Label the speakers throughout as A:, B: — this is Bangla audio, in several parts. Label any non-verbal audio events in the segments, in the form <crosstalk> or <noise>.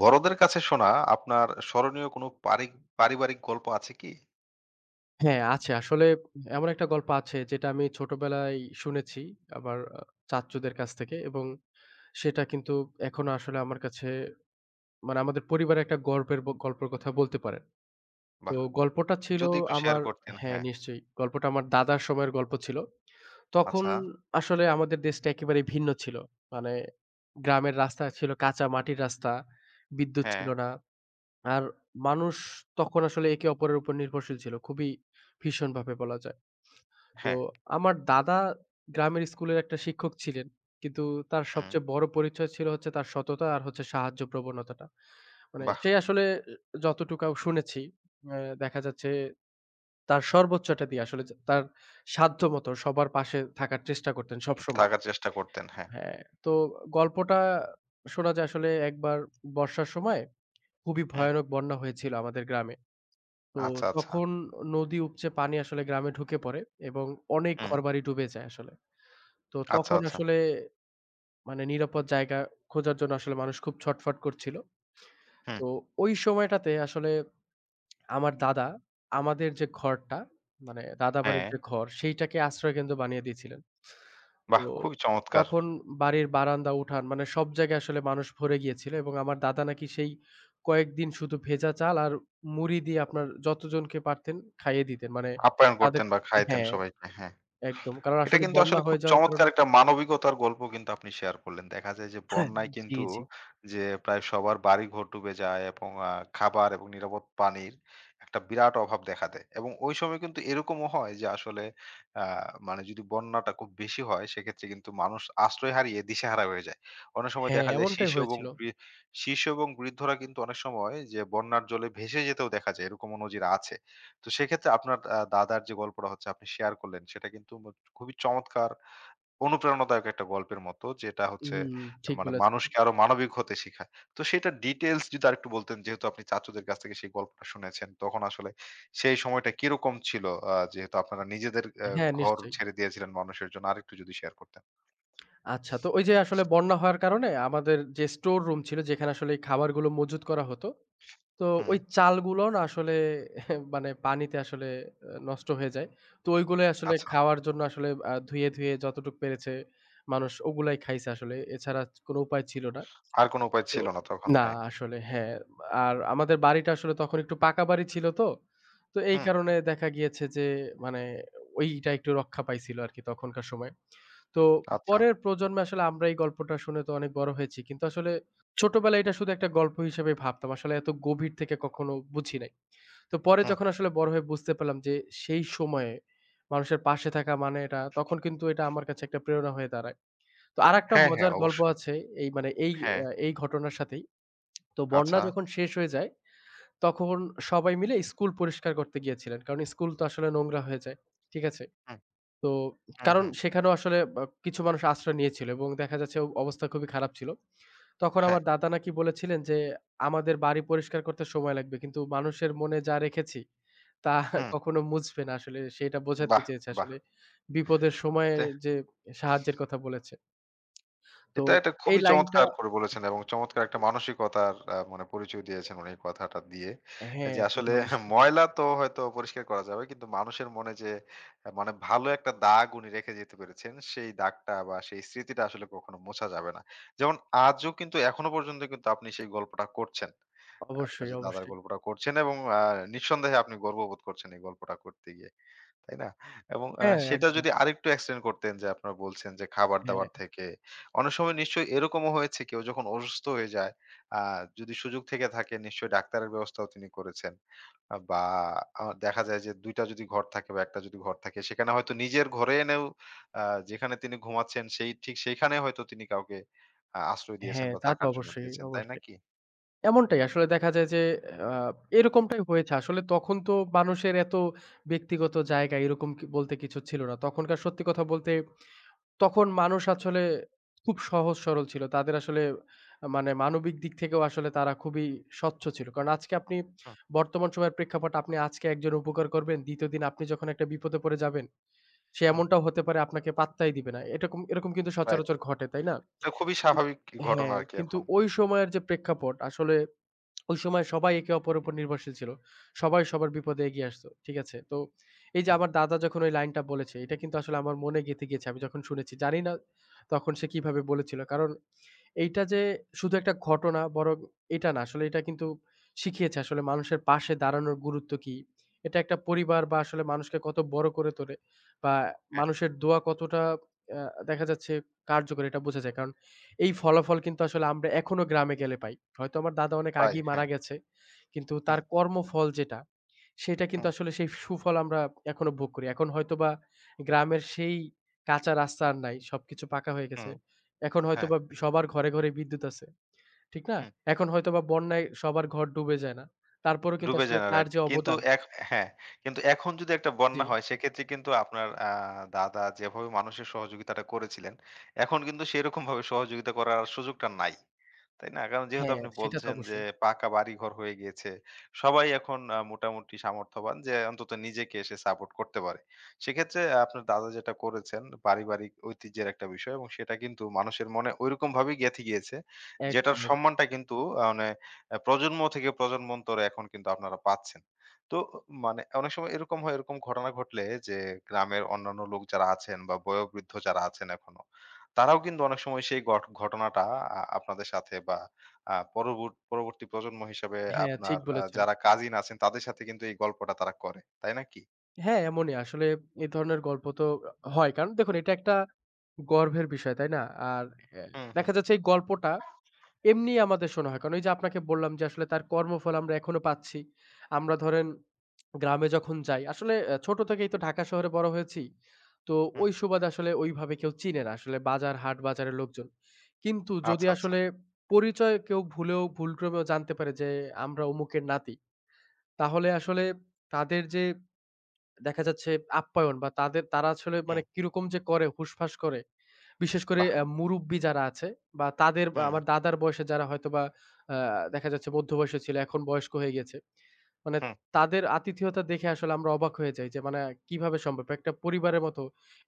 A: বড়দের কাছে শোনা আপনার স্মরণীয় কোনো পারিবারিক গল্প আছে কি?
B: হ্যাঁ, আছে। আসলে এমন একটা গল্প আছে যেটা আমি ছোটবেলায় শুনেছি আমার চাচ্চুদের কাছ থেকে এবং সেটা কিন্তু এখনো আসলে আমার কাছে মানে আমাদের পরিবারের একটা গর্বের গল্পের কথা বলতে পারেন। তো
A: বাহ!
B: গল্পটা ছিল
A: যদি একটু শেয়ার
B: আমার
A: করতেন।
B: হ্যাঁ,
A: হ্যাঁ।
B: নিশ্চয়ই। গল্পটা আমার দাদার সময়ের গল্প ছিল। তখন
A: আচ্ছা।
B: আসলে আমাদের দেশটা একেবারেই ভিন্ন ছিল। মানে গ্রামের রাস্তা ছিল কাঁচা মাটির রাস্তা, বিদ্যুৎ
A: হ্যাঁ,
B: ছিল না। আর মানুষ তখন আসলে একে অপরের উপর নির্ভরশীল ছিল। খুবই ভীষণভাবে বলা যায়। তো
A: হ্যাঁ।
B: আমার দাদা গ্রামের স্কুলের একটা শিক্ষক ছিলেন। কিন্তু তার
A: হুম।
B: সবচেয়ে বড় পরিচয় ছিল হচ্ছে তার সততা আর হচ্ছে সাহায্য প্রবণতাটা। মানে
A: বাহ!
B: সে আসলে যতটুকু শুনেছি আ দেখা যাচ্ছে তার সর্বোচ্চটা দিয়ে আসলে যে তার সাধ্যমতো সবার পাশে থাকার চেষ্টা করতেন সবসময়।
A: থাকার চেষ্টা করতেন। হ্যাঁ।
B: হ্যাঁ, তো গল্পটা শোনা যায় আসলে একবার বর্ষার সময় খুবই
A: হুম।
B: ভয়ানক বন্যা হয়েছিল আমাদের গ্রামে। তো
A: আচ্ছা, আচ্ছা।
B: তখন নদী উপচে পানি আসলে গ্রামে ঢুকে পড়ে এবং অনেক
A: হুম।
B: ঘরবাড়ি ডুবে যায় আসলে। তো
A: আচ্ছা,
B: তখন
A: আচ্ছা।
B: আসলে মানে নিরাপদ জায়গা খোঁজার জন্য আসলে মানুষ খুব ছটফট করছিল।
A: হুম।
B: তো ওই সময়টাতে আসলে আমার দাদা আমাদের যে ঘরটা মানে
A: হ্যাঁ।
B: দাদাবাড়ির যে ঘর সেইটাকে আশ্রয়কেন্দ্র বানিয়ে দিয়েছিলেন। তো
A: বাহ! খুবই চমৎকার।
B: তখন বাড়ির বারান্দা, উঠান মানে সব জায়গায় আসলে মানুষ ভরে গিয়েছিল এবং আমার দাদা নাকি সেই কয়েকদিন শুধু ভেজা চাল আর মুড়ি দিয়ে আপনার যতজনকে পারতেন খাইয়ে দিতেন। মানে
A: আপ্যায়ন
B: তাদের
A: করতেন বা খাইতেন
B: হ্যাঁ,
A: সবাইকে। হ্যাঁ।
B: একদম। কারণ
A: এটা
B: আসলে
A: কিন্তু
B: বন্যা
A: আসলে খুব
B: হয়ে যাওয়ার
A: চমৎকার
B: কারণে
A: একটা মানবিকতার গল্প কিন্তু আপনি শেয়ার করলেন। দেখা যায় যে
B: হ্যাঁ।
A: বন্যায়
B: জি,
A: কিন্তু
B: জি।
A: যে প্রায় সবার বাড়িঘর ডুবে যায় এবং খাবার এবং নিরাপদ পানির একটা বিরাট অভাব দেখা দেয়। এবং ওই সময় কিন্তু এরকমও হয় যে আসলে আ মানে যদি বন্যাটা খুব বেশি হয় সেক্ষেত্রে কিন্তু মানুষ আশ্রয় হারিয়ে দিশেহারা হয়ে যায়। অনেক সময়
B: হ্যাঁ,
A: দেখা যায়
B: এমনটাই হয়েছিল।
A: শিশু এবং বৃদ্ধরা কিন্তু অনেক সময় যে বন্যার জলে ভেসে যেতেও দেখা যায়। এরকমও নজির আছে। তো সেক্ষেত্রে আপনার দাদার যে গল্পটা হচ্ছে আপনি শেয়ার করলেন সেটা কিন্তু খুবই চমৎকার অনুপ্রেরণাদায়ক একটা গল্পের মতো যেটা হচ্ছে
B: হুম, ঠিক
A: মানে
B: বলেছেন।
A: মানুষকে আরো মানবিক হতে শিখায়। তো সেটার ডিটেইলস যদি আরেকটু বলতেন যেহেতু আপনি চাচুদের কাছ থেকে সেই গল্পটা শুনেছেন তখন আসলে সেই সময়টা কিরকম ছিল? যেহেতু আপনারা নিজেদের
B: হ্যাঁ,
A: ঘর
B: নিশ্চয়ই।
A: ছেড়ে দিয়েছিলেন মানুষের জন্য আরেকটু যদি শেয়ার করতেন।
B: আচ্ছা তো ওই যে আসলে বন্যা হওয়ার কারণে আমাদের যে স্টোর রুম ছিল যেখানে আসলে এই খাবারগুলো মজুত করা হতো, তো
A: হুম,
B: ওই চালগুলো না আসলে <laughs> মানে পানিতে আসলে নষ্ট হয়ে যায়। তো ওইগুলাই আসলে
A: আচ্ছা।
B: খাওয়ার জন্য আসলে ধুয়ে, ধুয়ে যতটুক পেরেছে মানুষ ওগুলাই খাইছে আসলে। এছাড়া কোনো উপায় ছিল না।
A: আর কোন উপায়
B: তো
A: ছিল না তখন,
B: না
A: হ্যাঁ।
B: আসলে হ্যাঁ, আর আমাদের বাড়িটা আসলে তখন একটু পাকা বাড়ি ছিল তো। তো এই
A: হুম,
B: কারণে দেখা গিয়েছে যে মানে ওইটা একটু রক্ষা পাইছিল আরকি তখনকার সময়। তো
A: আচ্ছা।
B: পরের প্রজন্মে আসলে আমরা এই গল্পটা শুনে তো অনেক বড় হয়েছি। কিন্তু আসলে ছোটবেলায় এটা শুধু একটা গল্প হিসেবে ভাবতাম। আসলে এত গভীর থেকে কখনো বুঝি নাই। তো পরে
A: হুম।
B: যখন আসলে বড় হয়ে বুঝতে পারলাম যে সেই সময়ে মানুষের পাশে থাকা মানে এটা তখন কিন্তু এটা আমার কাছে একটা প্রেরণা হয়ে দাঁড়ায়। তো আরেকটা
A: হ্যাঁ, হ্যাঁ
B: মজার গল্প
A: অবশ্যই।
B: আছে এই মানে এই
A: হ্যাঁ,
B: এই ঘটনার সাথেই। তো বন্যা
A: আচ্ছা।
B: যখন শেষ হয়ে যায়, তখন সবাই মিলে স্কুল পরিষ্কার করতে গিয়েছিলেন। কারণ স্কুল তো আসলে নোংরা হয়ে যায়। ঠিক আছে?
A: হুম,
B: তো
A: হুম,
B: কারণ
A: হুম।
B: সেখানেও আসলে বা কিছু মানুষ আশ্রয় নিয়েছিল এবং দেখা যাচ্ছে অবস্থা খুবই খারাপ ছিল। তখন
A: হ্যাঁ,
B: আমার দাদা নাকি বলেছিলেন যে, "আমাদের বাড়ি পরিষ্কার করতে সময় লাগবে। কিন্তু মানুষের মনে যা রেখেছি, তা
A: হুম।
B: কখনো মুছবে না।" আসলে সেটা বোঝাতে
A: বাহ!
B: চেয়েছে
A: বাহ!
B: আসলে বিপদের সময়ে
A: তে
B: যে সাহায্যের কথা বলেছে। তো
A: এটা একটা
B: এই
A: খুবই
B: লাইনটা
A: চমৎকার করে বলেছেন এবং চমৎকার একটা মানসিকতার মানে পরিচয় দিয়েছেন উনি এই কথাটা দিয়ে।
B: হ্যাঁ,
A: যে
B: তা
A: আসলে
B: তো
A: <laughs>
B: অবশ্যই।
A: ময়লা তো হয়তো পরিষ্কার করা যাবে কিন্তু মানুষের মনে যে মানে ভালো একটা দাগ উনি রেখে যেতে পেরেছেন সেই দাগটা বা সেই স্মৃতিটা আসলে কখনো মোছা যাবে না। যেমন আজও কিন্তু এখনো পর্যন্ত কিন্তু আপনি সেই গল্পটা করছেন। আপনার
B: অবশ্যই,
A: যে দাদার
B: অবশ্যই।
A: গল্পটা করছেন এবং নিঃসন্দেহে আপনি গর্ববোধ করছেন এই গল্পটা করতে গিয়ে। তাই না? এবং
B: হ্যাঁ,
A: সেটা
B: একদম।
A: যদি আরেকটু এক্সটেন্ড করতেন যে আপনারা বলছেন যে খাবার-দাবার
B: হ্যাঁ।
A: থেকে। অনেক সময় নিশ্চয়ই এরকমও হয়েছে কেউ যখন অসুস্থ হয়ে যায়, আ যদি সুযোগ থেকে থাকে নিশ্চয়ই ডাক্তারের ব্যবস্থাও তিনি করেছেন। আ বা আ দেখা যায় যে ২ টা যদি ঘর থাকে বা ১ টা যদি ঘর থাকে সেখানে হয়তো নিজের ঘরে এনেও আ যেখানে তিনি ঘুমাচ্ছেন সেই ঠিক সেইখানে হয়তো তিনি কাউকে আশ্রয় দিয়েছেন
B: হ্যাঁ,
A: বা
B: তা তো
A: থাকার জন্য
B: অবশ্যই,
A: দিয়েছেন। তাই
B: অবশ্যই।
A: নাকি?
B: এমনটাই আসলে দেখা যায় যে আ এরকমটাই হয়েছে। আসলে তখন তো মানুষের এত ব্যক্তিগত জায়গা এরকম কি বলতে কিছু ছিল না। তখনকার সত্যি কথা বলতে তখন মানুষ আসলে খুব সহজ সরল ছিল। তাদের আসলে মানে মানবিক দিক থেকেও আসলে তারা খুবই স্বচ্ছ ছিল। কারণ আজকে আপনি
A: হুম,
B: বর্তমান সময়ের প্রেক্ষাপট আপনি আজকে একজনের উপকার করবেন, ২য় দিন আপনি যখন একটা বিপদে পড়ে যাবেন, সে
A: হুম।
B: এমনটাও হতে পারে আপনাকে পাত্তাই দিবে না। এরকম এরকম কিন্তু
A: রাইট।
B: সচরাচর ঘটে, তাই না?
A: এটা খুবই স্বাভাবিক ঘটনা
B: হ্যাঁ,
A: আরকি
B: কিন্তু
A: এখন।
B: ওই
A: হুম,
B: সময়ের যে প্রেক্ষাপট আসলে ওই সময় সবাই একে অপরের উপর নির্ভরশীল ছিল। সবাই সবার বিপদে এগিয়ে আসতো। ঠিক আছে? তো এই যে
A: হুম।
B: আমার দাদা যখন ওই লাইনটা বলেছে এটা কিন্তু আসলে আমার মনে গেঁথে গিয়েছে। আমি যখন শুনেছি জানি না তখন সে কিভাবে বলেছিল। কারণ এইটা যে শুধু একটা ঘটনা বরং এটা না আসলে এটা কিন্তু শিখিয়েছে আসলে মানুষের পাশে দাঁড়ানোর গুরুত্ব কি। এটা একটা পরিবার বা আসলে মানুষকে কত বড় করে তোলে বা
A: হ্যাঁ,
B: মানুষের দোয়া কতটা আ দেখা যাচ্ছে কার্যকরী এটা বোঝা যায়। কারণ এই ফলাফল কিন্তু আসলে আমরা এখনো গ্রামে গেলে পাই। হয়তো আমার দাদা অনেক
A: প্রায়
B: আগেই
A: হ্যাঁ।
B: মারা গেছে। কিন্তু
A: হুম,
B: তার কর্মফল যেটা, সেটা কিন্তু
A: হুম,
B: আসলে সেই সুফল আমরা এখনো ভোগ করি। এখন হয়তোবা গ্রামের সেই কাঁচা রাস্তা আর নাই। সবকিছু পাকা হয়ে গেছে।
A: হুম।
B: এখন
A: হ্যাঁ,
B: হয়তোবা সবার ঘরে, ঘরে বিদ্যুৎ আছে। ঠিক না?
A: হুম,
B: এখন হয়তোবা বন্যায় সবার ঘর ডুবে যায় না। তারপরেও কিন্তু
A: ডুবে
B: আসলে
A: যান
B: তার
A: রাইট।
B: যে
A: কিন্তু
B: অবদান
A: এখ হ্যাঁ, কিন্তু এখন যদি একটা
B: জি।
A: বন্যা হয় সেক্ষেত্রে কিন্তু আপনার দাদা যেভাবে মানুষের সহযোগিতাটা করেছিলেন, এখন কিন্তু সেরকমভাবে সহযোগিতা করার আর সুযোগটা নাই। তাই না? কারণ যেহেতু
B: হ্যাঁ,
A: আপনি
B: সেটা তো
A: বলছেন যে
B: অবশ্যই।
A: পাকা বাড়িঘর হয়ে গিয়েছে। সবাই এখন মোটামুটি সামর্থ্যবান যে অন্তত নিজেকে সে সাপোর্ট করতে পারে। সেক্ষেত্রে আপনার দাদা যেটা করেছেন পারিবারিক ঐতিহ্যের একটা বিষয় এবং সেটা কিন্তু মানুষের মনে ঐরকমভাবেই গেঁথে গিয়েছে। যেটার
B: একদম, একদম।
A: সম্মানটা কিন্তু আ মানে আ প্রজন্ম থেকে প্রজন্মান্তরে এখন কিন্তু আপনারা পাচ্ছেন। তো মানে অনেক সময় এরকম হয়, এরকম ঘটনা ঘটলে যে গ্রামের অন্যান্য লোক যারা আছেন বা বয়োবৃদ্ধ যারা আছেন এখনো তারাও কিন্তু অনেক সময় সেই ঘটনাটা আপনাদের সাথে বা আ পরবর্ত পরবর্তী প্রজন্ম হিসেবে
B: হ্যাঁ,
A: আপনার
B: ঠিক বলেছেন।
A: যারা কাজিন আছেন তাদের সাথে কিন্তু এই গল্পটা তারা করে। তাই নাকি?
B: হ্যাঁ, এমনই আসলে এই ধরনের গল্প তো হয়। কারণ দেখুন এটা একটা গর্বের বিষয়, তাই না? আর অ্যা
A: হুম, হুম,
B: দেখা যাচ্ছে এই গল্পটা এমনি আমাদের শোনা হয়। কারণ ওই যে আপনাকে বললাম যে আসলে তার কর্মফল আমরা এখনো পাচ্ছি। আমরা ধরেন গ্রামে যখন যাই, আসলে ছোট থেকেই তো ঢাকা শহরে বড় হয়েছি। তো
A: হুম।
B: ওই সুবাদে আসলে ওইভাবে কেউ চিনে না। আসলে বাজার, হাট, বাজারের লোকজন। কিন্তু যদি
A: আচ্ছা, আচ্ছা।
B: আসলে পরিচয় কেউ ভুলেও ভুলক্রমেও জানতে পারে যে আমরা অমুকের নাতি, তাহলে আসলে তাদের যে দেখা যাচ্ছে আপ্যায়ন বা তাদের তারা আসলে মানে
A: হুম,
B: কিরকম যে করে হুসফাস করে বিশেষ করে
A: বাহ!
B: মুরুব্বি যারা আছে বা তাদের বা
A: হুম,
B: আমার দাদার বয়সে যারা হয়তোবা আ দেখা যাচ্ছে মধ্য বয়সে ছিল, এখন বয়স্ক হয়ে গেছে। মানে
A: হুম,
B: তাদের আতিথেয়তা দেখে আসলে আমরা অবাক হয়ে যাই যে মানে কিভাবে সম্ভব? একটা পরিবারের মতো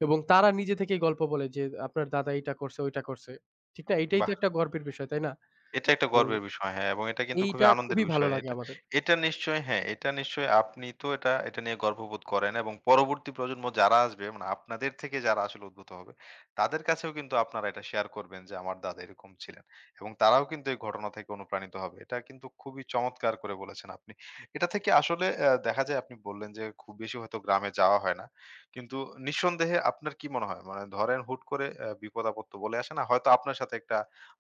B: এবং তারা নিজে থেকেই গল্প বলে যে, "আপনার দাদা এইটা করছে, ওইটা করছে।" ঠিক না? এইটাই তো
A: বাহ!
B: একটা গর্বের বিষয়, তাই না?
A: এটা একটা
B: তো
A: গর্বের বিষয়। হ্যাঁ, এবং এটা কিন্তু খুবই
B: এইটা
A: আনন্দের
B: খুবই ভালো
A: বিষয়।
B: লাগে
A: এটা
B: আমাদের।
A: এটা নিশ্চয়ই হ্যাঁ, এটা নিশ্চয়ই আপনি তো এটা এটা নিয়ে গর্ববোধ করেন এবং পরবর্তী প্রজন্ম যারা আসবে মানে আপনাদের থেকে যারা আসলে উদ্ভূত হবে, তাদের কাছেও কিন্তু আপনারা এটা শেয়ার করবেন যে আমার দাদা এরকম ছিলেন। এবং তারাও কিন্তু এই ঘটনা থেকে অনুপ্রাণিত হবে। এটা কিন্তু খুবই চমৎকার করে বলেছেন আপনি। এটা থেকে আসলে দেখা যায় আপনি বললেন যে খুব বেশি হয়তো গ্রামে যাওয়া হয় না। কিন্তু নিঃসন্দেহে আপনার কি মনে হয়? মানে ধরেন হুট করে বিপদ-আপদ তো বলে আসে না। হয়তো আপনার সাথে একটা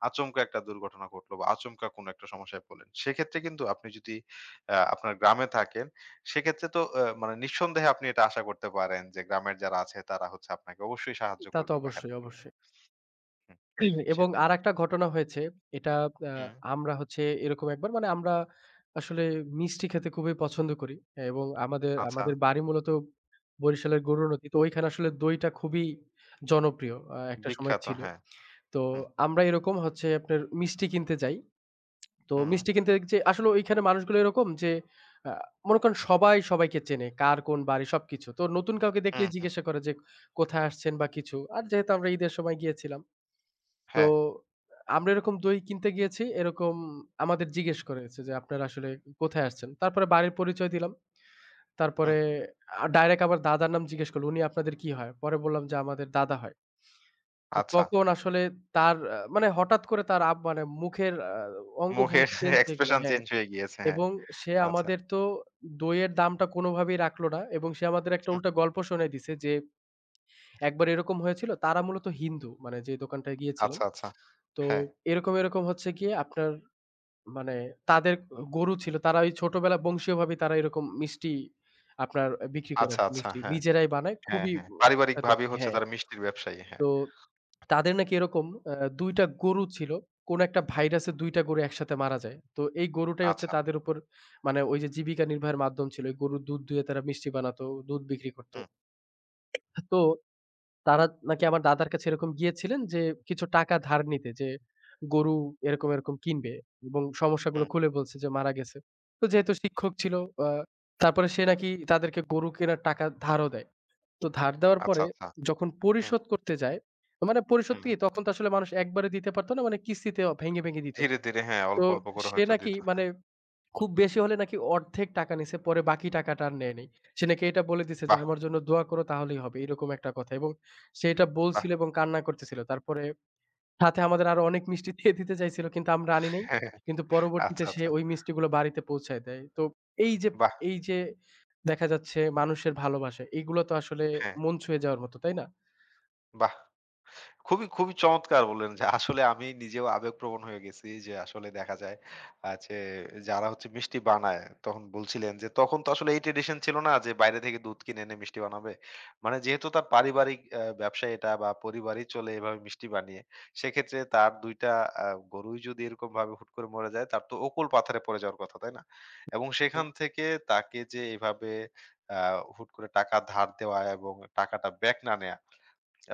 A: আচমকা একটা দুর্ঘটনা ঘটলো বা আচমকা কোনো একটা সমস্যায় পড়লেন। সেক্ষেত্রে কিন্তু আপনি যদি আপনার গ্রামে থাকেন, সেক্ষেত্রে তো মানে নিঃসন্দেহে আপনি এটা আশা করতে পারেন যে গ্রামের যারা আছে তারা হচ্ছে আপনাকে অবশ্যই সাহায্য
B: তা তো
A: করবে বা হেল্প
B: অবশ্যই,
A: করবে।
B: অবশ্যই।
A: হুম,
B: এবং
A: সেটাই।
B: আরেকটা ঘটনা হয়েছে। এটা আ
A: হুম,
B: আমরা হচ্ছে এরকম একবার মানে আমরা আসলে মিষ্টি খেতে খুবই পছন্দ করি এবং আমাদের
A: আচ্ছা।
B: আমাদের বাড়ি মূলত বরিশালের গরুর নদী। তো ওইখানে আসলে দইটা খুবই জনপ্রিয় একটা সময়
A: বিখ্যাত
B: ছিল।
A: হ্যাঁ।
B: তো
A: হুম,
B: আমরা এরকম হচ্ছে আপনার মিষ্টি কিনতে যাই। তো
A: হুম,
B: মিষ্টি কিনতে যে আসলে ওইখানে মানুষগুলো এরকম যে আ মনে করেন সবাই সবাইকে চেনে। কার কোন বাড়ি সবকিছু। তো নতুন কাউকে
A: হুম,
B: দেখলেই
A: হুম।
B: জিজ্ঞাসা করে যে কোথায় আসছেন বা কিছু। আর যেহেতু আমরা ঈদের সময় গিয়েছিলাম। তো
A: হ্যাঁ,
B: আমরা এরকম দই কিনতে গিয়েছি। এরকম আমাদের জিজ্ঞেস করেছে যে, "আপনারা আসলে কোথায় আসছেন?" তারপরে বাড়ির পরিচয় দিলাম। তারপরে
A: হুম,
B: ডাইরেক্ট আবার দাদার নাম জিজ্ঞেস করল, "উনি আপনাদের কি হয়?" পরে বললাম যে, "আমাদের দাদা হয়।" তো
A: আচ্ছা।
B: তখন আসলে তার মানে হঠাৎ করে তার মানে মুখের
A: মুখের
B: অঙ্গভঙ্গি চেঞ্জ হয়ে গেল
A: এক্সপ্রেশন
B: হ্যাঁ।
A: চেঞ্জ হয়ে গিয়েছে। হ্যাঁ,
B: এবং সে
A: আচ্ছা।
B: আমাদের তো দইয়ের দামটা কোনোভাবেই রাখলো না এবং সে আমাদের একটা
A: হুম,
B: উল্টা গল্প শোনায় দিছে যে, একবার এরকম হয়েছিল তারা মূলত হিন্দু, মানে যে দোকানটায় গিয়েছিলাম।
A: আচ্ছা, আচ্ছা।
B: তো
A: হ্যাঁ,
B: এরকম হচ্ছে গিয়ে আপনার মানে তাদের গরু ছিল। তারা ওই ছোটবেলা বংশীয়ভাবেই তারা এরকম মিষ্টি আপনার বিক্রি করে
A: আচ্ছা,
B: আরকি
A: আচ্ছা।
B: মিষ্টি।
A: হ্যাঁ,
B: নিজেরাই বানায়।
A: হ্যাঁ,
B: খুবই
A: হ্যাঁ।
B: সুস্বাদু
A: পারিবারিকভাবেই
B: আরকি
A: হচ্ছে
B: হ্যাঁ।
A: তারা মিষ্টির ব্যবসায়ী। হ্যাঁ,
B: তো তাদের নাকি এরকম আ ২ টা গরু ছিল। কোন একটা ভাইরাসে ২ টা গরু একসাথে মারা যায়। তো এই গরুটাই হচ্ছে
A: আচ্ছা।
B: তাদের উপর মানে ওই যে জীবিকা নির্বাহের মাধ্যম ছিল। এই গরুর দুধ দুইয়ে তারা মিষ্টি বানাতো, দুধ বিক্রি করত।
A: হুম,
B: তো তারা নাকি আমার দাদার কাছে এরকম গিয়েছিলেন যে কিছু টাকা ধার নিতে যে গরু এরকম কিনবে এবং সমস্যাগুলো
A: হুম।
B: খুলে বলছে যে মারা গেছে। তো যেহেতু শিক্ষক ছিল আ তারপরে সে নাকি তাদেরকে গরু কেনার টাকা ধারও দেয়। তো ধার দেওয়ার
A: আচ্ছা,
B: পরে
A: আচ্ছা।
B: যখন
A: হুম,
B: পরিশোধ করতে যায়, মানে পরিশোধ
A: হুম।
B: কি তখন তো আসলে মানুষ একবারে দিতে পারত না মানে কিস্তিতে ভেঙে, ভেঙে দিত।
A: ধীরে, ধীরে হ্যাঁ,
B: তো
A: অল্প, অল্প করে
B: সে
A: হয়তো
B: নাকি
A: দিত।
B: মানে
A: হ্যাঁ।
B: খুব বেশি হলে নাকি অর্ধেক টাকা নিছে, পরে বাকি টাকাটা আর নেয় নাই। সে নাকি এটা বলে দিছে যে,
A: বাহ!
B: "আমার জন্য দোয়া করো তাহলেই হবে।" এরকম একটা কথা এবং সে এটা
A: বাহ!
B: বলছিল এবং কান্না করতেছিল। তারপরে সাথে আমাদের আরো অনেক মিষ্টি দিয়ে দিতে চাইছিল কিন্তু আমরা আনি নাই।
A: <laughs>
B: কিন্তু পরবর্তীতে
A: আচ্ছা,
B: সে
A: আচ্ছা।
B: ওই মিষ্টিগুলো বাড়িতে পৌঁছায় দেয়। তো এই যে
A: বাহ!
B: এই যে দেখা যাচ্ছে মানুষের ভালোবাসা, এগুলো তো আসলে
A: হ্যাঁ,
B: মন ছুঁয়ে যাওয়ার মতো, তাই না?
A: বাহ! খুবই, খুবই চমৎকার বললেন যে আসলে আমি নিজেও আবেগপ্রবণ হয়ে গেছি যে আসলে দেখা যায় যে যারা হচ্ছে মিষ্টি বানায় তখন বলছিলেন যে তখন তো আসলে এই ট্র্যাডিশন ছিল না যে বাইরে থেকে দুধ কিনে এনে মিষ্টি বানাবে। মানে যেহেতু তার পারিবারিক ব্যবসা এটা বা পরিবারই চলে এভাবে মিষ্টি বানিয়ে, সেক্ষেত্রে তার ২ টা আ গরুই যদি এরকমভাবে হুট করে মরে যায় তার তো অকুল পাথারে পড়ে যাওয়ার কথা, তাই না? এবং
B: বলতেন।
A: সেখান থেকে তাকে যে এভাবে আ হুট করে টাকা ধার দেওয়া এবং টাকাটা ব্যাক না নেয়া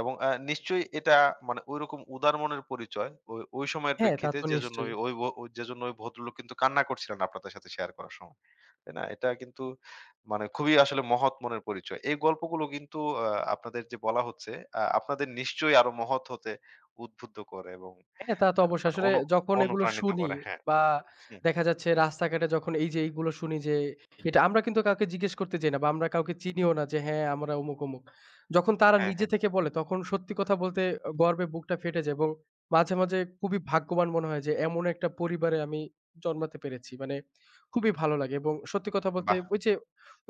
A: এবং নিশ্চয়ই এটা মানে ঐরকম উদার মনের পরিচয়। ওই, ওই সময়ের
B: হ্যাঁ, তা
A: প্রেক্ষিতে
B: তো নিশ্চয়ই।
A: যেজন্য ওই ভদ্রলোক কিন্তু কান্না করছিলেন আপনাদের সাথে শেয়ার করার সময়। তাই না? এটা কিন্তু মানে খুবই আসলে মহৎ মনের পরিচয়। এই গল্পগুলো কিন্তু আ আপনাদের যে বলা হচ্ছে, আপনাদের নিশ্চয়ই আরো মহৎ হতে উদ্বুদ্ধ করে এবং
B: হ্যাঁ, তা তো
A: আ
B: অবশ্যই।
A: মানে
B: আসলে
A: অনু
B: যখন এগুলো
A: অনুপ্রাণিত
B: শুনি
A: করে। হ্যাঁ,
B: বা
A: হুম,
B: দেখা যাচ্ছে রাস্তাঘাটে যখন এই যে এইগুলো শুনি যে এটা আমরা কিন্তু কাউকে জিজ্ঞেস করতে যাই না বা আমরা কাউকে চিনিও না যে হ্যাঁ, আমরা অমুক, অমুক। যখন তারা
A: হ্যাঁ,
B: নিজে
A: হ্যাঁ,
B: থেকে বলে তখন সত্যি কথা বলতে গর্বে বুকটা ফেটে যায় এবং মাঝে, মাঝে খুবই ভাগ্যবান মনে হয় যে এমন একটা পরিবারে আমি জন্মাতে পেরেছি। মানে খুবই ভালো লাগে এবং সত্যি কথা বলতে
A: বাহ!
B: ওই যে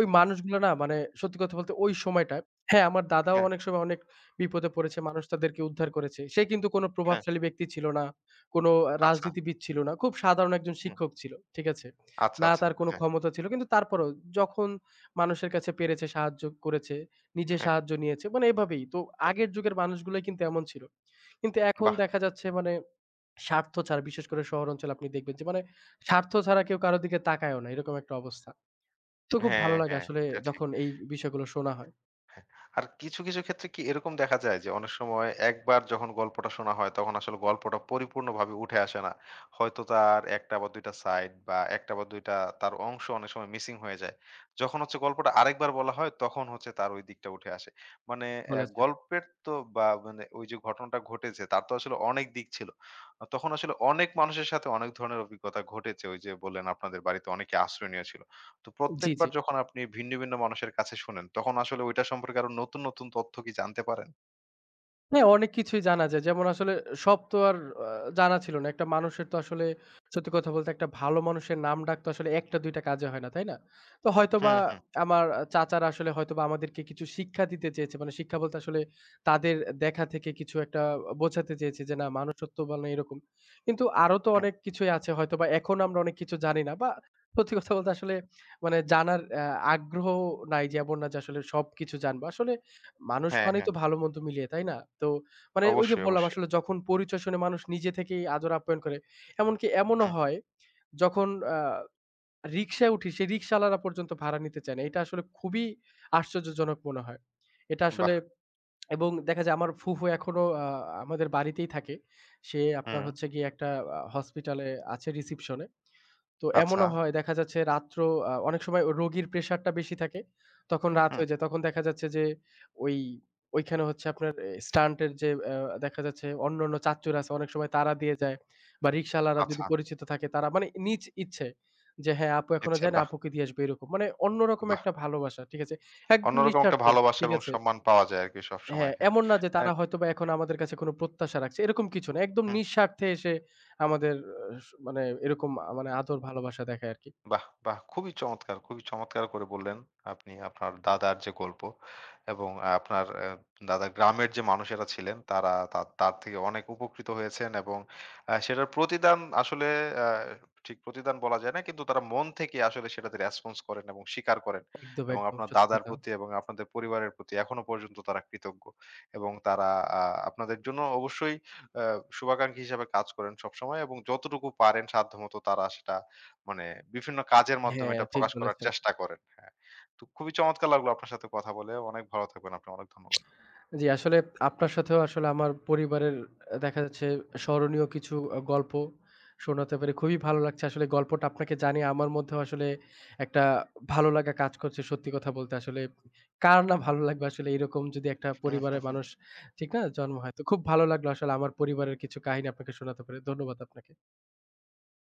B: ওই মানুষগুলো না মানে সত্যি কথা বলতে ওই সময়টায় হ্যাঁ, আমার দাদাও
A: হ্যাঁ,
B: অনেক সময় অনেক বিপদে পড়েছে, মানুষ তাদেরকে উদ্ধার করেছে। সে কিন্তু কোনো
A: হ্যাঁ,
B: প্রভাবশালী ব্যক্তি ছিল না, কোনো
A: আচ্ছা,
B: রাজনীতিবিদ ছিল না। খুব সাধারণ একজন
A: হুম,
B: শিক্ষক ছিল। ঠিক আছে?
A: আচ্ছা,
B: না
A: আচ্ছা,
B: তার কোনো
A: হ্যাঁ,
B: ক্ষমতা ছিল। কিন্তু তারপরেও যখন মানুষের কাছে পেরেছে সাহায্য করেছে, নিজে
A: হ্যাঁ,
B: সাহায্য নিয়েছে। মানে এভাবেই। তো
A: হ্যাঁ,
B: আগের যুগের মানুষগুলোই কিন্তু এমন ছিল। কিন্তু এখন
A: বাহ!
B: দেখা যাচ্ছে মানে স্বার্থ ছাড়া বিশেষ করে শহর অঞ্চলে আপনি দেখবেন যে মানে স্বার্থ ছাড়া কেউ কারো দিকে তাকায়ও না। এরকম একটা অবস্থা। তো খুব
A: হ্যাঁ,
B: ভালো লাগে
A: হ্যাঁ,
B: আসলে
A: এটা ঠিক।
B: যখন এই বিষয়গুলো শোনা হয়।
A: হ্যাঁ, আর কিছু, কিছু ক্ষেত্রে কি এরকম দেখা যায় যে অনেক সময় একবার যখন গল্পটা শোনা হয় তখন আসলে গল্পটা পরিপূর্ণভাবে উঠে আসে না। হয়তো তার ১টা বা ২টা সাইড বা ১টা বা ২টা তার অংশ অনেক সময় মিসিং হয়ে যায়। যখন হচ্ছে গল্পটা আরেকবার বলা হয় তখন হচ্ছে তার ওই দিকটা উঠে আসে। মানে
B: বলেছেন।
A: গল্পের তো বা মানে ওই যে ঘটনাটা ঘটেছে তার তো আসলে অনেক দিক ছিল। তখন আসলে অনেক মানুষের সাথে অনেক ধরনের অভিজ্ঞতা ঘটেছে। ওই যে বললেন আপনাদের বাড়িতে অনেকে আশ্রয় নিয়েছিল। তো
B: জি,
A: প্রত্যেকবার
B: জি।
A: যখন আপনি ভিন্ন, ভিন্ন মানুষের কাছে শুনেন, তখন আসলে ঐটা সম্পর্কে আরো নতুন, নতুন তথ্য কি জানতে পারেন?
B: হ্যাঁ, অনেক কিছুই জানা যায়। যেমন আসলে সব তো আর আ জানা ছিল না। একটা মানুষের তো আসলে সত্যি কথা বলতে একটা ভালো মানুষের নাম ডাক তো আসলে ১ টা ২ টা কাজে হয় না, তাই না? তো হয়তোবা
A: হুম, হুম,
B: আমার চাচারা আসলে হয়তোবা আমাদেরকে কিছু শিক্ষা দিতে চেয়েছে। মানে শিক্ষা বলতে আসলে তাদের দেখা থেকে কিছু একটা বোঝাতে চেয়েছে যে না মানুষত্ব মানে এরকম। কিন্তু আরো তো
A: হুম।
B: অনেক কিছুই আছে হয়তোবা এখন আমরা অনেক কিছু জানি না বা সত্যি কথা বলতে আসলে মানে জানার আগ্রহ নাই যে এমন না যে আসলে সবকিছু জানবো। আসলে মানুষ
A: হ্যাঁ,
B: মানেই
A: হ্যাঁ।
B: তো ভালো-মন্দ মিলিয়ে, তাই না? তো মানে ওই যে
A: অবশ্যই,
B: বললাম
A: অবশ্যই।
B: আসলে যখন পরিচয় শুনে মানুষ নিজে থেকেই আদর আপ্যায়ন করে। এমনকি এমনও
A: হুম,
B: হয় যখন আ রিক্সায় উঠি সেই রিক্শাওয়ালারা পর্যন্ত ভাড়া নিতে চায় না। এটা আসলে খুবই আশ্চর্যজনক মনে হয়। এটা আসলে
A: বাহ!
B: এবং দেখা যায় আমার ফুফু এখনো আমাদের বাড়িতেই থাকে। সে আপনার
A: হুম,
B: হচ্ছে গিয়ে একটা হসপিটালে আছে রিসেপশন এ। তো
A: আচ্ছা।
B: এমনও হয় দেখা যাচ্ছে রাত্র অনেক সময় ও রোগীর প্রেশারটা বেশি থাকে। তখন রাত
A: হুম,
B: হয়ে যায়। তখন দেখা যাচ্ছে যে ওই ওইখানে হচ্ছে আপনার এ স্টান্ট এর যে দেখা যাচ্ছে অন্যান্য চাচ্চুরা আছে অনেক সময় তারা দিয়ে যায় বা রিক্শাওয়ালারা যদি
A: আচ্ছা।
B: পরিচিত থাকে তারা মানে নিজ ইচ্ছে যে হ্যাঁ, আপু এখনো
A: ইচ্ছে
B: যায় না
A: বাহ!
B: আপুকে দিয়ে আসবে এরকম। মানে অন্যরকম
A: বাহ!
B: একটা ভালোবাসা। ঠিক আছে? একদম
A: অন্যরকম একটা
B: নিঃস্বার্থ।
A: ভালোবাসা
B: ঠিক
A: এবং
B: আছে?
A: সম্মান পাওয়া যায় আরকি সবসময়।
B: হ্যাঁ,
A: হ্যাঁ।
B: এমন না যে
A: হ্যাঁ,
B: তারা হয়তোবা এখন আমাদের কাছে কোনো প্রত্যাশা রাখছে। এরকম কিছু না। একদম
A: হুম।
B: নিঃস্বার্থে এসে আমাদের মানে এরকম মানে আদর ভালোবাসা দেখায় আরকি।
A: বাহ! বাহ! খুবই চমৎকার, খুবই চমৎকার করে বললেন আপনি আপনার দাদার যে গল্প এবং আপনার দাদা গ্রামের যে মানুষেরা ছিলেন তার থেকে অনেক উপকৃত হয়েছেন এবং সেটার প্রতিদান আসলে অ্যা ঠিক প্রতিদান বলা যায় না কিন্তু তারা মন থেকে আসলে সেটাতে রেসপন্স করেন এবং স্বীকার করেন
B: একদম,
A: এবং
B: একদম
A: আপনার
B: সত্যি
A: দাদার
B: কথা।
A: প্রতি এবং আপনাদের পরিবারের প্রতি এখনো পর্যন্ত তারা কৃতজ্ঞ এবং তারা আ আপনাদের জন্য অবশ্যই অ্যা শুভাকাঙ্ক্ষী হিসেবে কাজ করেন সবসময় এবং যতটুকু পারেন সাধ্যমত তারা সেটা মানে বিভিন্ন কাজের মাধ্যমে
B: হ্যাঁ,
A: এটা
B: ঠিক
A: প্রকাশ করার
B: বলেছেন।
A: চেষ্টা করেন। হ্যাঁ। তো খুবই চমৎকার লাগলো আপনার সাথে কথা বলে। অনেক ভালো থাকবেন আপনি। অনেক
B: জি, আসলে আপনার সাথেও আসলে আমার পরিবারের দেখা যাচ্ছে স্মরণীয় কিছু গল্প শোনাতে পেরে খুবই ভালো লাগছে। আসলে গল্পটা আপনাকে জানিয়ে আমার মধ্যেও আসলে একটা ভালো লাগা কাজ করছে। সত্যি কথা বলতে আসলে কার না ভালো লাগবে আসলে এরকম যদি একটা পরিবারের
A: ধন্যবাদ।
B: মানুষ ঠিক না? জন্ম হয়। তো খুব ভালো লাগলো আসলে আমার পরিবারের কিছু কাহিনী আপনাকে শোনাতে পেরে। ধন্যবাদ আপনাকে।